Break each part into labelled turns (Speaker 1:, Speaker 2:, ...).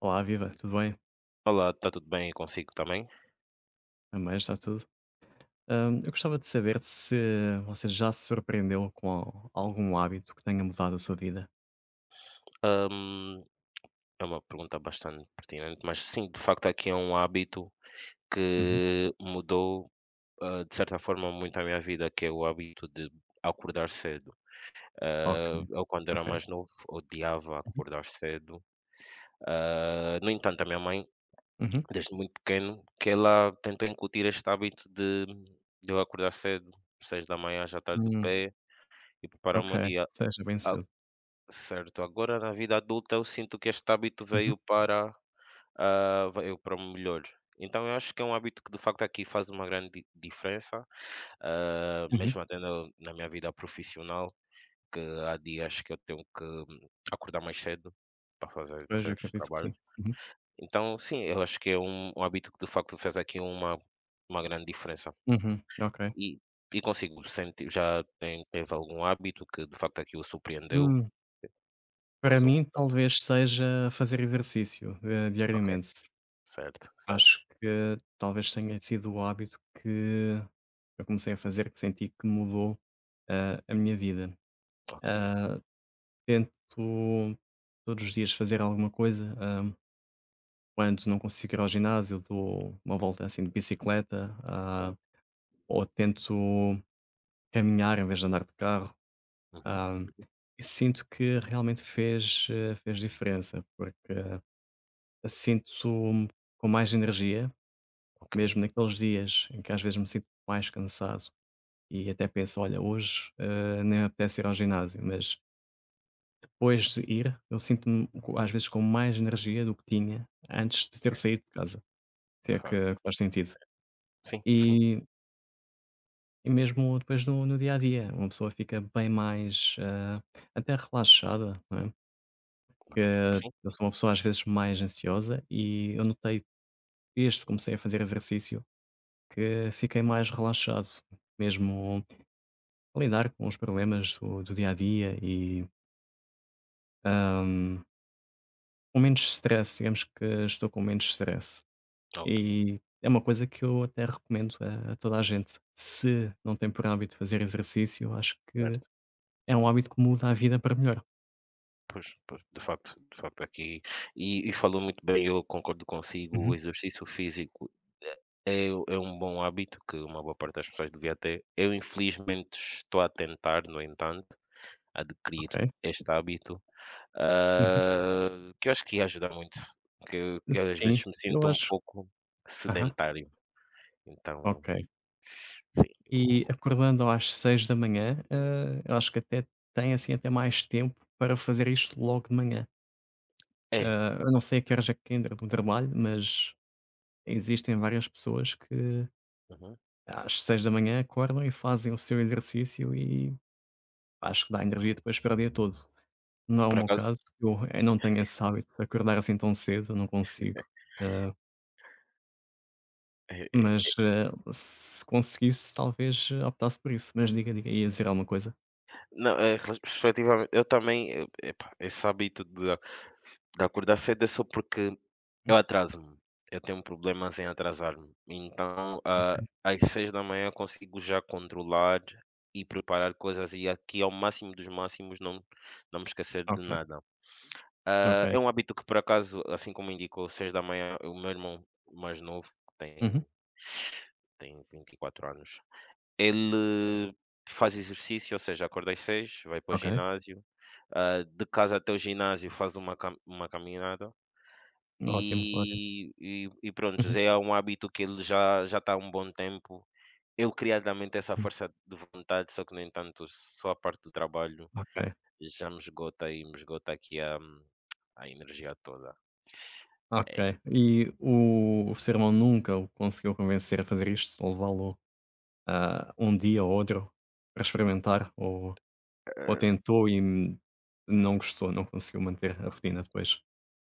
Speaker 1: Olá, viva, tudo bem?
Speaker 2: Olá, está tudo bem consigo também?
Speaker 1: Também está tudo. Eu gostava de saber se você já se surpreendeu com algum hábito que tenha mudado a sua vida.
Speaker 2: Hum, É uma pergunta bastante pertinente, mas sim, de facto, aqui é um hábito
Speaker 1: Uhum.
Speaker 2: que mudou, de certa forma, muito a minha vida, que é o hábito de acordar cedo.
Speaker 1: Ok,
Speaker 2: Eu, quando era
Speaker 1: ok.
Speaker 2: mais novo, odiava
Speaker 1: Uhum.
Speaker 2: acordar cedo. No entanto, a minha mãe,
Speaker 1: Uhum.
Speaker 2: desde muito pequeno, que ela tentou incutir este hábito de eu acordar cedo, 6 da manhã já estar de
Speaker 1: Hum,
Speaker 2: pé e preparar o
Speaker 1: ok,
Speaker 2: meu dia.
Speaker 1: seja bem cedo.
Speaker 2: Certo, agora na vida adulta eu sinto que este hábito
Speaker 1: Uhum.
Speaker 2: veio para melhor. Então eu acho que é um hábito que de facto aqui faz uma grande diferença,
Speaker 1: Uhum.
Speaker 2: mesmo até na minha vida profissional, que há dias que eu tenho que acordar mais cedo para fazer
Speaker 1: Pois, eu
Speaker 2: certos
Speaker 1: acredito que
Speaker 2: trabalhos.
Speaker 1: sim. Uhum.
Speaker 2: Então, sim, eu acho que é um hábito que de facto fez aqui uma grande diferença.
Speaker 1: Uhum. Ok.
Speaker 2: E, e consigo sentir, teve algum hábito que de facto aqui o surpreendeu?
Speaker 1: Hum, Para
Speaker 2: Causou
Speaker 1: mim,
Speaker 2: mudança?
Speaker 1: talvez seja fazer exercício
Speaker 2: Ok.
Speaker 1: diariamente.
Speaker 2: Certo, certo.
Speaker 1: Acho que talvez tenha sido o hábito que eu comecei a fazer que senti que mudou a minha vida.
Speaker 2: Ok,
Speaker 1: Ah, Tento todos os dias fazer alguma coisa, quando não consigo ir ao ginásio, dou uma volta, assim, de bicicleta,
Speaker 2: certo.
Speaker 1: ou tento caminhar em vez de andar de carro,
Speaker 2: Uhum,
Speaker 1: ah, e sinto que realmente fez, fez diferença, porque sinto-me com mais energia,
Speaker 2: ok.
Speaker 1: mesmo naqueles dias em que às vezes me sinto mais cansado e até penso: "Olha, hoje, nem me apetece ir ao ginásio", mas depois de ir, eu sinto-me co às vezes com mais energia do que tinha antes de ter
Speaker 2: É.
Speaker 1: saído de casa, se
Speaker 2: De
Speaker 1: é
Speaker 2: facto.
Speaker 1: que faz sentido.
Speaker 2: Sim, sim,
Speaker 1: E e mesmo depois no dia a dia, uma pessoa fica bem mais, até relaxada, não é, porque
Speaker 2: sim.
Speaker 1: eu sou uma pessoa às vezes mais ansiosa e eu notei desde que comecei a fazer exercício que fiquei mais relaxado, mesmo a lidar com os problemas do dia a dia e, hã, com menos stress, digamos que estou com menos stress.
Speaker 2: Ok,
Speaker 1: E é uma coisa que eu até recomendo a toda a gente. Se não tem por hábito fazer exercício, eu acho que
Speaker 2: certo.
Speaker 1: é um hábito que muda a vida para melhor.
Speaker 2: Pois, pois, de facto aqui e falou muito bem, eu concordo consigo, o
Speaker 1: Uhum,
Speaker 2: exercício físico eh, é é um bom hábito que uma boa parte das pessoas devia ter. Eu infelizmente estou a tentar, no entanto, adquirir
Speaker 1: ok.
Speaker 2: este hábito,
Speaker 1: Uhum.
Speaker 2: que eu acho que ia ajudar muito, que eu às
Speaker 1: Sim,
Speaker 2: vezes me
Speaker 1: eu
Speaker 2: sinto um
Speaker 1: acho,
Speaker 2: pouco
Speaker 1: aham,
Speaker 2: sedentário, então
Speaker 1: ok.
Speaker 2: sim,
Speaker 1: E
Speaker 2: o
Speaker 1: acordando às 6h, eu acho que até tem, assim, até mais tempo para fazer isto logo de manhã.
Speaker 2: é.
Speaker 1: Eu não sei a que horas é que entra no trabalho, mas existem várias pessoas que
Speaker 2: Uhum.
Speaker 1: às 6h da manhã acordam e fazem o seu exercício e acho que dá energia depois para o dia todo. Não, é o
Speaker 2: Por
Speaker 1: meu
Speaker 2: acaso
Speaker 1: caso, eu, não tenho esse hábito de acordar assim tão cedo, eu não consigo. Ah,
Speaker 2: eh eh,
Speaker 1: mas, se conseguisse, talvez optasse por isso. Mas diga, diga, ia dizer alguma coisa?
Speaker 2: não, respectivamente, eu também, eu epá, esse hábito de acordar cedo é só porque eu
Speaker 1: Hum,
Speaker 2: atraso-me, eu tenho problemas em atrasar-me, então,
Speaker 1: ok,
Speaker 2: às 6h consigo já controlar e preparar coisas e aqui ao máximo dos máximos não me esquecer de
Speaker 1: ok,
Speaker 2: nada.
Speaker 1: ok.
Speaker 2: É um hábito que por acaso, assim como indicou, 6 da manhã o meu irmão mais novo, que tem
Speaker 1: Uhum,
Speaker 2: tem 24 anos. Ele faz exercício, ou seja, acorda às 6, vai para o
Speaker 1: ok.
Speaker 2: ginásio, de casa até o ginásio faz uma cam uma caminhada
Speaker 1: Ótimo, ótimo.
Speaker 2: e e prontos,
Speaker 1: Uhum,
Speaker 2: é um hábito que ele já já está há um bom tempo. Eu queria dar muito essa
Speaker 1: uhum.
Speaker 2: força de vontade, só que no entanto só a parte do trabalho
Speaker 1: Ok,
Speaker 2: já me esgota e me esgota aqui a energia toda.
Speaker 1: ok. E o seu irmão nunca o conseguiu convencer a fazer isto? Ou levá-lo, um dia ou outro para experimentar? Ou
Speaker 2: É.
Speaker 1: tentou e não gostou, não conseguiu manter a rotina depois?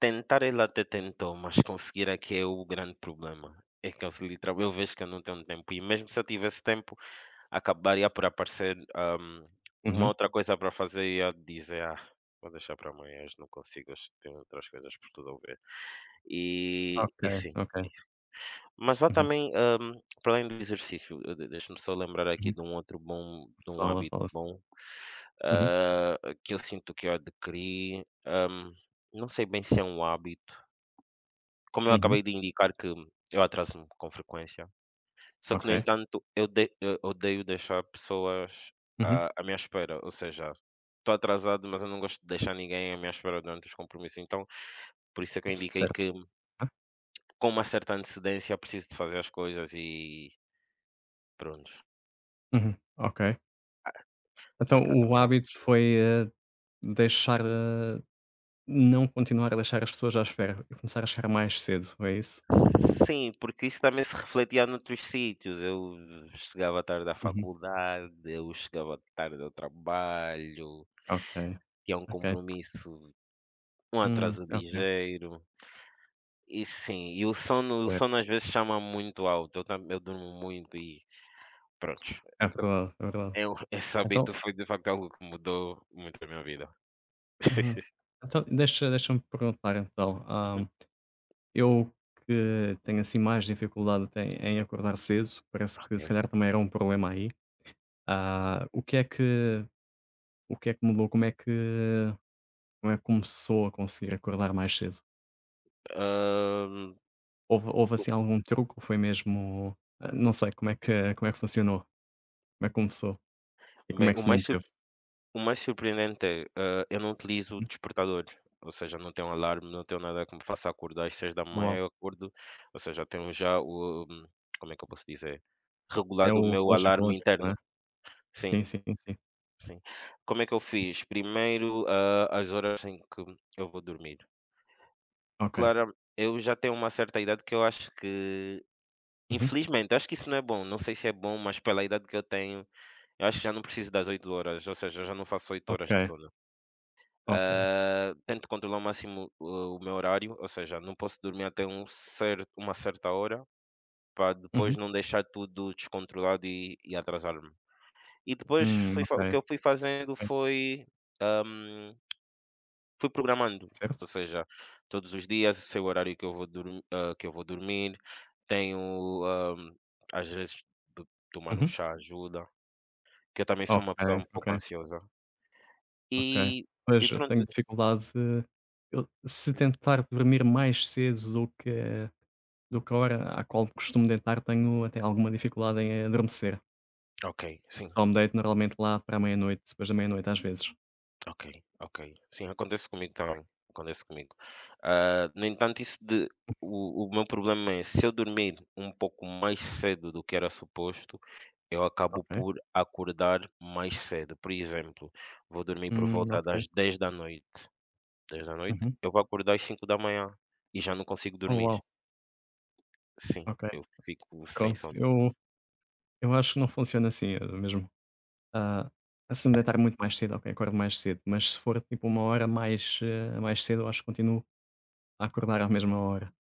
Speaker 2: Tentar ele até tentou, mas conseguir é que é o grande problema. É que eu se literal eu vejo que eu não tenho tempo e mesmo se eu tivesse tempo, acabaria por aparecer, uma
Speaker 1: Uhum,
Speaker 2: outra coisa para fazer e eu dizer: "Ah, vou deixar para amanhã, hoje não consigo, hoje tenho outras coisas por resolver". E
Speaker 1: ok,
Speaker 2: e sim.
Speaker 1: ok.
Speaker 2: Mas lá
Speaker 1: Uhum,
Speaker 2: também, para além do exercício, eu de deixa-me só lembrar aqui
Speaker 1: uhum.
Speaker 2: de um
Speaker 1: Fala,
Speaker 2: hábito
Speaker 1: fala, sim.
Speaker 2: bom,
Speaker 1: Uhum,
Speaker 2: hã, que eu sinto que eu adquiri, não sei bem se é um hábito como eu acabei
Speaker 1: uhum.
Speaker 2: de indicar que eu atraso-me com frequência, só que,
Speaker 1: Ok.
Speaker 2: no entanto, eu odeio deixar pessoas
Speaker 1: Uhum.
Speaker 2: à minha espera, ou seja, estou atrasado, mas eu não gosto de deixar ninguém à minha espera durante os compromissos, então, por isso é que eu indiquei
Speaker 1: Certo.
Speaker 2: que,
Speaker 1: Ah,
Speaker 2: com uma certa antecedência, preciso de fazer as coisas e pronto.
Speaker 1: uhum. Ok. Então
Speaker 2: Apesar que há
Speaker 1: o
Speaker 2: também
Speaker 1: hábito
Speaker 2: hábitos.
Speaker 1: foi, eh, deixar, não continuar a deixar as pessoas à espera e começar a chegar mais cedo, é isso?
Speaker 2: Sim, porque isso também se refletia noutros sítios, eu chegava tarde à
Speaker 1: Uhum.
Speaker 2: faculdade, eu chegava tarde ao trabalho,
Speaker 1: Ok,
Speaker 2: tinha um
Speaker 1: ok.
Speaker 2: compromisso. Um atraso
Speaker 1: Ok.
Speaker 2: ligeiro, e sim, e o sono o
Speaker 1: Certo.
Speaker 2: sono às vezes chama muito alto, eu durmo muito e pronto,
Speaker 1: É verdade, é verdade.
Speaker 2: eu esse
Speaker 1: Então,
Speaker 2: hábito foi de facto algo que mudou muito a minha vida.
Speaker 1: uhum. Então deixa-me perguntar então,
Speaker 2: Uhum.
Speaker 1: eu que tenho assim mais dificuldade até em acordar cedo, parece que se
Speaker 2: Ok.
Speaker 1: calhar também era um problema aí.
Speaker 2: Uhum.
Speaker 1: O que é que mudou? Como é que começou a conseguir acordar mais cedo?
Speaker 2: Hã,
Speaker 1: Houve, assim, algum truque ou foi mesmo não sei, como é que funcionou? Como é que começou? E como
Speaker 2: Bem,
Speaker 1: é que
Speaker 2: o
Speaker 1: se
Speaker 2: mais sur
Speaker 1: manteve?
Speaker 2: o mais surpreendente é, eu não utilizo o
Speaker 1: Uhum.
Speaker 2: despertador, ou seja, não tenho alarme, não tenho nada que me faça acordar às seis da
Speaker 1: Uau,
Speaker 2: manhã eu acordo, ou seja, tenho já o como é que eu posso dizer?
Speaker 1: é
Speaker 2: Regulado o
Speaker 1: o
Speaker 2: meu
Speaker 1: relógio
Speaker 2: alarme
Speaker 1: biológico, não é?
Speaker 2: interno. Sim.
Speaker 1: Sim, sim, sim.
Speaker 2: Sim. Como é que eu fiz? Primeiro, as horas em que eu vou dormir.
Speaker 1: Ok.
Speaker 2: Claro, eu já tenho uma certa idade que eu acho que,
Speaker 1: Uhum.
Speaker 2: infelizmente, acho que isso não é bom. Não sei se é bom, mas pela idade que eu tenho, eu acho que já não preciso das 8 horas, ou seja, eu já não faço 8 horas
Speaker 1: Ok,
Speaker 2: de sono.
Speaker 1: ok.
Speaker 2: Tento controlar ao máximo o meu horário, ou seja, não posso dormir até um cer uma certa hora, para depois
Speaker 1: Uhum.
Speaker 2: não deixar tudo descontrolado e atrasar-me. E depois
Speaker 1: Ok,
Speaker 2: o que eu fui fazendo
Speaker 1: ok.
Speaker 2: foi, ah, hum, fui programando, ou
Speaker 1: Certo.
Speaker 2: seja, todos os dias sei o horário que eu vou dormir, tenho, às vezes to tomar um
Speaker 1: Uhum.
Speaker 2: chá ajuda, que eu também sou
Speaker 1: Ok,
Speaker 2: uma pessoa um
Speaker 1: ok,
Speaker 2: pouco ansiosa. E
Speaker 1: ok.
Speaker 2: e
Speaker 1: Pois, eu
Speaker 2: pronto.
Speaker 1: tenho dificuldade, eu se
Speaker 2: Uhum.
Speaker 1: tentar dormir mais cedo do que Cora, à qual costumo deitar, tenho até alguma dificuldade em adormecer.
Speaker 2: Ok, sim,
Speaker 1: Só me deito normalmente lá para a meia-noite, depois da meia-noite às vezes.
Speaker 2: ok, ok. Sim, acontece comigo também, acontece comigo. No entanto, isso de o meu problema é se eu dormir um pouco mais cedo do que era suposto. Eu acabo
Speaker 1: Ok.
Speaker 2: por acordar mais cedo, por exemplo, vou dormir por volta
Speaker 1: Ok.
Speaker 2: das 10 da noite.
Speaker 1: Uhum.
Speaker 2: Eu vou acordar às 5 manhã e já não consigo
Speaker 1: Oh,
Speaker 2: dormir.
Speaker 1: uau.
Speaker 2: Sim,
Speaker 1: Ok.
Speaker 2: eu fico sem
Speaker 1: Pronto.
Speaker 2: sono.
Speaker 1: Eu acho que não funciona assim, mesmo. Ah, se me deitar muito mais cedo, ok, acordo mais cedo, mas se for tipo uma hora mais cedo, eu acho que continuo a acordar à mesma hora.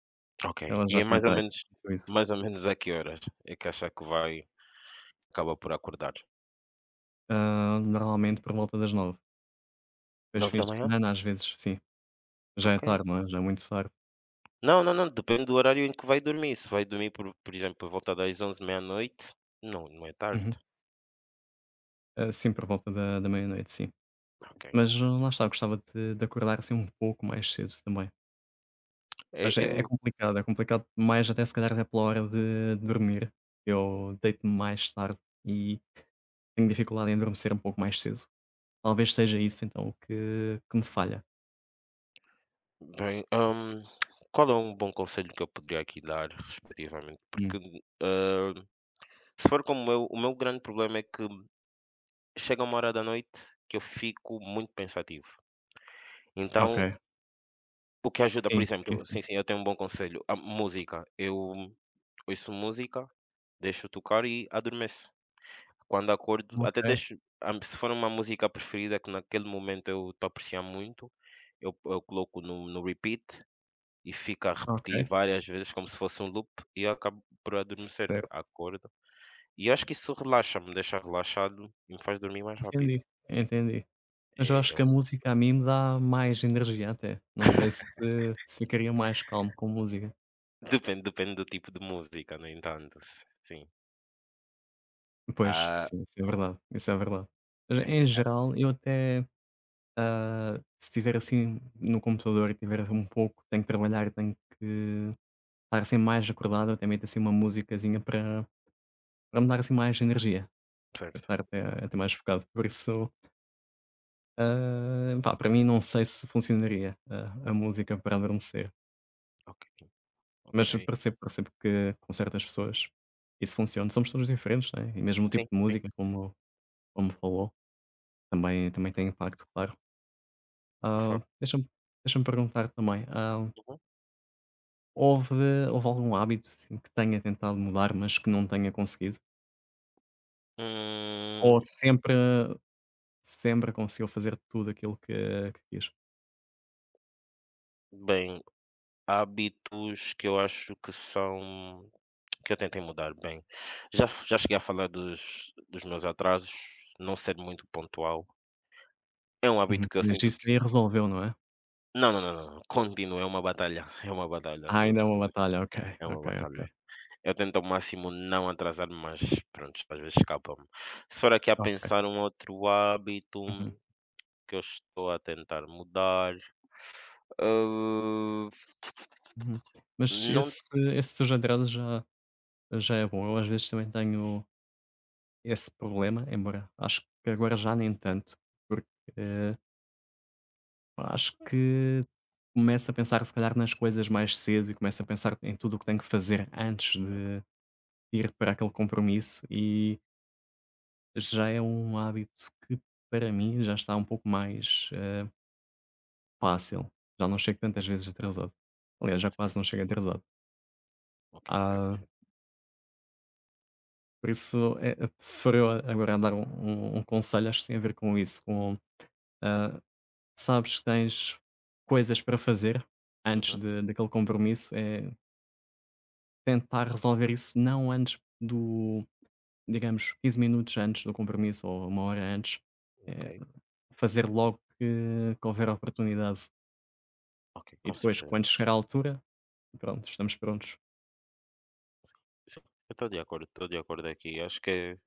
Speaker 2: Ok,
Speaker 1: Eu
Speaker 2: e
Speaker 1: já
Speaker 2: é mais ou
Speaker 1: tentei,
Speaker 2: menos
Speaker 1: aconteceu isso.
Speaker 2: mais ou menos a que horas é que acha que vai acaba por acordar?
Speaker 1: Normalmente por volta das 9. H Depois fins
Speaker 2: 9
Speaker 1: de
Speaker 2: manhã.
Speaker 1: semana, às vezes sim, já é
Speaker 2: Ok.
Speaker 1: tarde, não é? Já é muito tarde.
Speaker 2: Não, não, não, depende do horário em que vai dormir, se vai dormir por exemplo, por volta das 23 meia-noite, não, não é tarde.
Speaker 1: Uhum. Ah, sim, por volta da meia-noite, sim.
Speaker 2: Ok.
Speaker 1: Mas, lá está, eu gostava de acordar assim um pouco mais cedo também.
Speaker 2: É
Speaker 1: Mas é
Speaker 2: eu.
Speaker 1: complicado, é complicado, mais até, se calhar, até pela hora de dormir. Eu deito-me mais tarde e tenho dificuldade em adormecer um pouco mais cedo. Talvez seja isso então que me falha.
Speaker 2: Bem, hum, Qual é um bom conselho que eu poderia aqui dar, respectivamente? Porque,
Speaker 1: Hum,
Speaker 2: ah, se for como eu, o meu grande problema é que chega uma hora da noite que eu fico muito pensativo. Então,
Speaker 1: ok.
Speaker 2: o que ajuda, por
Speaker 1: Sim, sim,
Speaker 2: exemplo,
Speaker 1: sim.
Speaker 2: sim, sim, eu tenho um bom conselho, a música. Eu ouço música, deixo tocar e adormeço. Quando acordo,
Speaker 1: Ok,
Speaker 2: até deixo, se for uma música preferida que naquele momento eu estou a apreciar muito, eu coloco no repeat. E fica a repetir
Speaker 1: ok.
Speaker 2: várias vezes como se fosse um loop e eu acabo por adormecer,
Speaker 1: Certo.
Speaker 2: acordo. E eu acho que isso relaxa-me, deixa relaxado e me faz dormir mais rápido.
Speaker 1: Entendi, entendi. Mas eu
Speaker 2: É
Speaker 1: acho
Speaker 2: é
Speaker 1: que
Speaker 2: um
Speaker 1: a música a mim me dá mais energia até. Não sei se ficaria mais calmo com música.
Speaker 2: depende do tipo de música, no entanto, s sim.
Speaker 1: Pois,
Speaker 2: Ah,
Speaker 1: sim, isso é verdade, isso é verdade. Mas em
Speaker 2: é, é,
Speaker 1: geral, eu até, se estiver assim no computador e tiver um pouco, tenho que trabalhar, tenho que estar assim mais acordado, eu até meto assim uma musicazinha para me dar assim mais energia, para
Speaker 2: certo.
Speaker 1: estar até,
Speaker 2: Ok,
Speaker 1: até mais focado. Por isso, pá, para mim não sei se funcionaria a música para adormecer,
Speaker 2: ok, ok.
Speaker 1: mas percebo, percebo que com certas pessoas isso funciona. Somos todos diferentes, né? E mesmo o tipo
Speaker 2: Sim,
Speaker 1: de
Speaker 2: sim,
Speaker 1: música, como falou, também tem
Speaker 2: claro,
Speaker 1: impacto, claro.
Speaker 2: de
Speaker 1: Ah,
Speaker 2: facto.
Speaker 1: deixa-me deixa perguntar também,
Speaker 2: Uhum.
Speaker 1: houve houve algum hábito, assim, que tenha tentado mudar, mas que não tenha conseguido? Ou
Speaker 2: Hum,
Speaker 1: sempre conseguiu fazer tudo aquilo que quis?
Speaker 2: Bem, hábitos que eu acho que são que eu tentei mudar, bem, já já cheguei a falar dos meus atrasos, não ser muito pontual. É um hábito
Speaker 1: Uhum.
Speaker 2: que eu
Speaker 1: Mas
Speaker 2: sinto
Speaker 1: isso
Speaker 2: que
Speaker 1: aí resolveu, não é?
Speaker 2: não, não, não, não, não, continua, é uma batalha, é uma batalha,
Speaker 1: Ah,
Speaker 2: todos
Speaker 1: ainda é uma batalha, ok,
Speaker 2: é uma
Speaker 1: ok, ok,
Speaker 2: batalha. Eu tento ao máximo não atrasar-me, mas pronto, às vezes escapa-me. Se for aqui a
Speaker 1: ok.
Speaker 2: pensar um outro hábito
Speaker 1: Uhum,
Speaker 2: que eu estou a tentar mudar, hã,
Speaker 1: uhum. Mas
Speaker 2: não.
Speaker 1: esse desagrado já já é bom. Eu às vezes também tenho esse problema, embora acho que agora já nem tanto, porque acho que começo a pensar se calhar nas coisas mais cedo e começo a pensar em tudo o que tenho que fazer antes de ir para aquele compromisso e já é um hábito que para mim já está um pouco mais, fácil. Já não chego tantas
Speaker 2: Ok,
Speaker 1: vezes atrasado. Aliás, já quase não
Speaker 2: certo,
Speaker 1: chego atrasado.
Speaker 2: ok,
Speaker 1: Ah,
Speaker 2: ok,
Speaker 1: por isso, se for eu agora a dar um conselho, acho que tem a ver com isso, com, ah, sabes que tens coisas para fazer antes
Speaker 2: uhum,
Speaker 1: de daquele compromisso, tentar resolver isso não antes do, digamos, 15 minutos antes do compromisso ou uma hora antes,
Speaker 2: ok,
Speaker 1: eh, fazer logo que houver oportunidade.
Speaker 2: ok,
Speaker 1: E
Speaker 2: com
Speaker 1: depois,
Speaker 2: certeza.
Speaker 1: quando chegar à altura, pronto, estamos prontos.
Speaker 2: Sim, eu estou de acordo aqui. Acho que,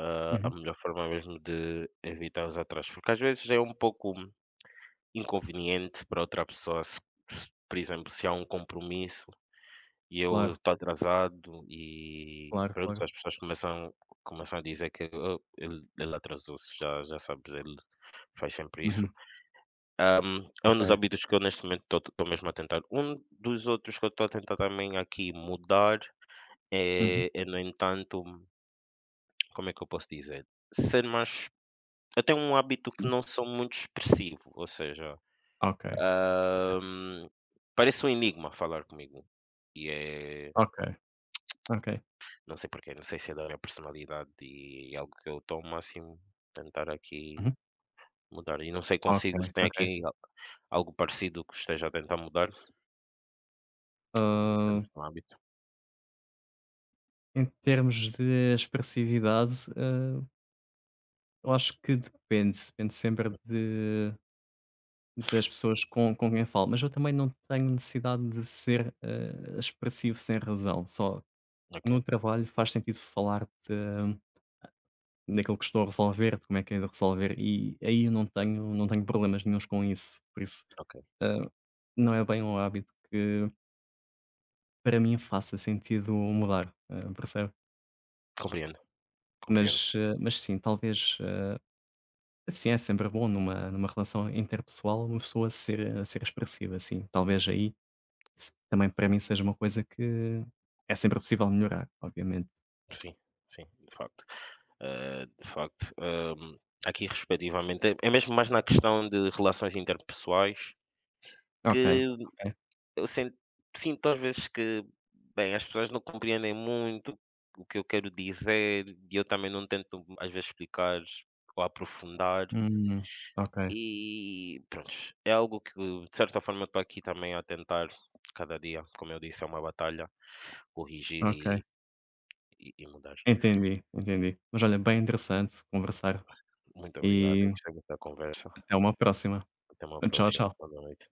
Speaker 2: a
Speaker 1: Uhum.
Speaker 2: melhor forma mesmo de evitar os atrasos, porque às vezes é um pouco inconveniente para outra pessoa, se por exemplo, se há um compromisso e eu
Speaker 1: Claro,
Speaker 2: estou atrasado e
Speaker 1: claro,
Speaker 2: pronto,
Speaker 1: claro.
Speaker 2: as pessoas começam a dizer que: "Oh, ele atrasou-se, já já sabes, ele faz sempre isso".
Speaker 1: Uhum.
Speaker 2: É um dos
Speaker 1: Ok.
Speaker 2: hábitos que eu neste momento estou mesmo a tentar. Um dos outros que eu estou a tentar também aqui mudar,
Speaker 1: Uhum.
Speaker 2: é no entanto, como é que eu posso dizer? Ser mais eu tenho um hábito que
Speaker 1: Sim.
Speaker 2: não sou muito expressivo, ou seja.
Speaker 1: Ok,
Speaker 2: Ahm, Parece um enigma falar comigo. E é,
Speaker 1: ok, ok.
Speaker 2: não sei porquê, não sei se é da minha personalidade e é algo que eu estou ao máximo tentar aqui
Speaker 1: Uhum.
Speaker 2: mudar. E não sei
Speaker 1: Ok,
Speaker 2: consigo se tem
Speaker 1: ok.
Speaker 2: aqui algo parecido que esteja a tentar mudar um, em termos
Speaker 1: Hã,
Speaker 2: de um hábito.
Speaker 1: em termos de expressividade, eu acho que depende, sempre de Das pessoas com quem eu falo, mas eu também não tenho necessidade de ser, expressivo sem razão, só
Speaker 2: Ok,
Speaker 1: no trabalho faz sentido falar de daquilo que estou a resolver, de como é que é de resolver, e aí eu não tenho problemas nenhuns com isso, por isso,
Speaker 2: ok.
Speaker 1: hã, não é bem um hábito que para mim faça sentido mudar, percebe?
Speaker 2: Compreendo, compreendo.
Speaker 1: Mas sim, talvez, sim, é sempre bom numa relação interpessoal uma pessoa ser expressiva, sim, talvez aí, se também para mim seja uma coisa que é sempre possível melhorar, obviamente.
Speaker 2: Sim, sim, de facto. De facto, aqui respectivamente, é mesmo mais na
Speaker 1: Hum.
Speaker 2: questão de relações interpessoais
Speaker 1: Ok,
Speaker 2: que
Speaker 1: ok.
Speaker 2: eu sinto às vezes que, bem, as pessoas não compreendem muito o que eu quero dizer e eu também não tento às vezes explicar ou aprofundar.
Speaker 1: Hum, ok,
Speaker 2: E pronto. É algo que de certa forma estou aqui também a tentar cada dia, como eu disse, é uma batalha, corrigir
Speaker 1: ok.
Speaker 2: e mudar.
Speaker 1: Entendi, entendi. Mas olha, bem interessante conversar
Speaker 2: Muito obrigado, eu
Speaker 1: e
Speaker 2: gostei muito da conversa.
Speaker 1: até uma próxima.
Speaker 2: Até uma
Speaker 1: Tchau,
Speaker 2: próxima.
Speaker 1: tchau.
Speaker 2: Boa noite.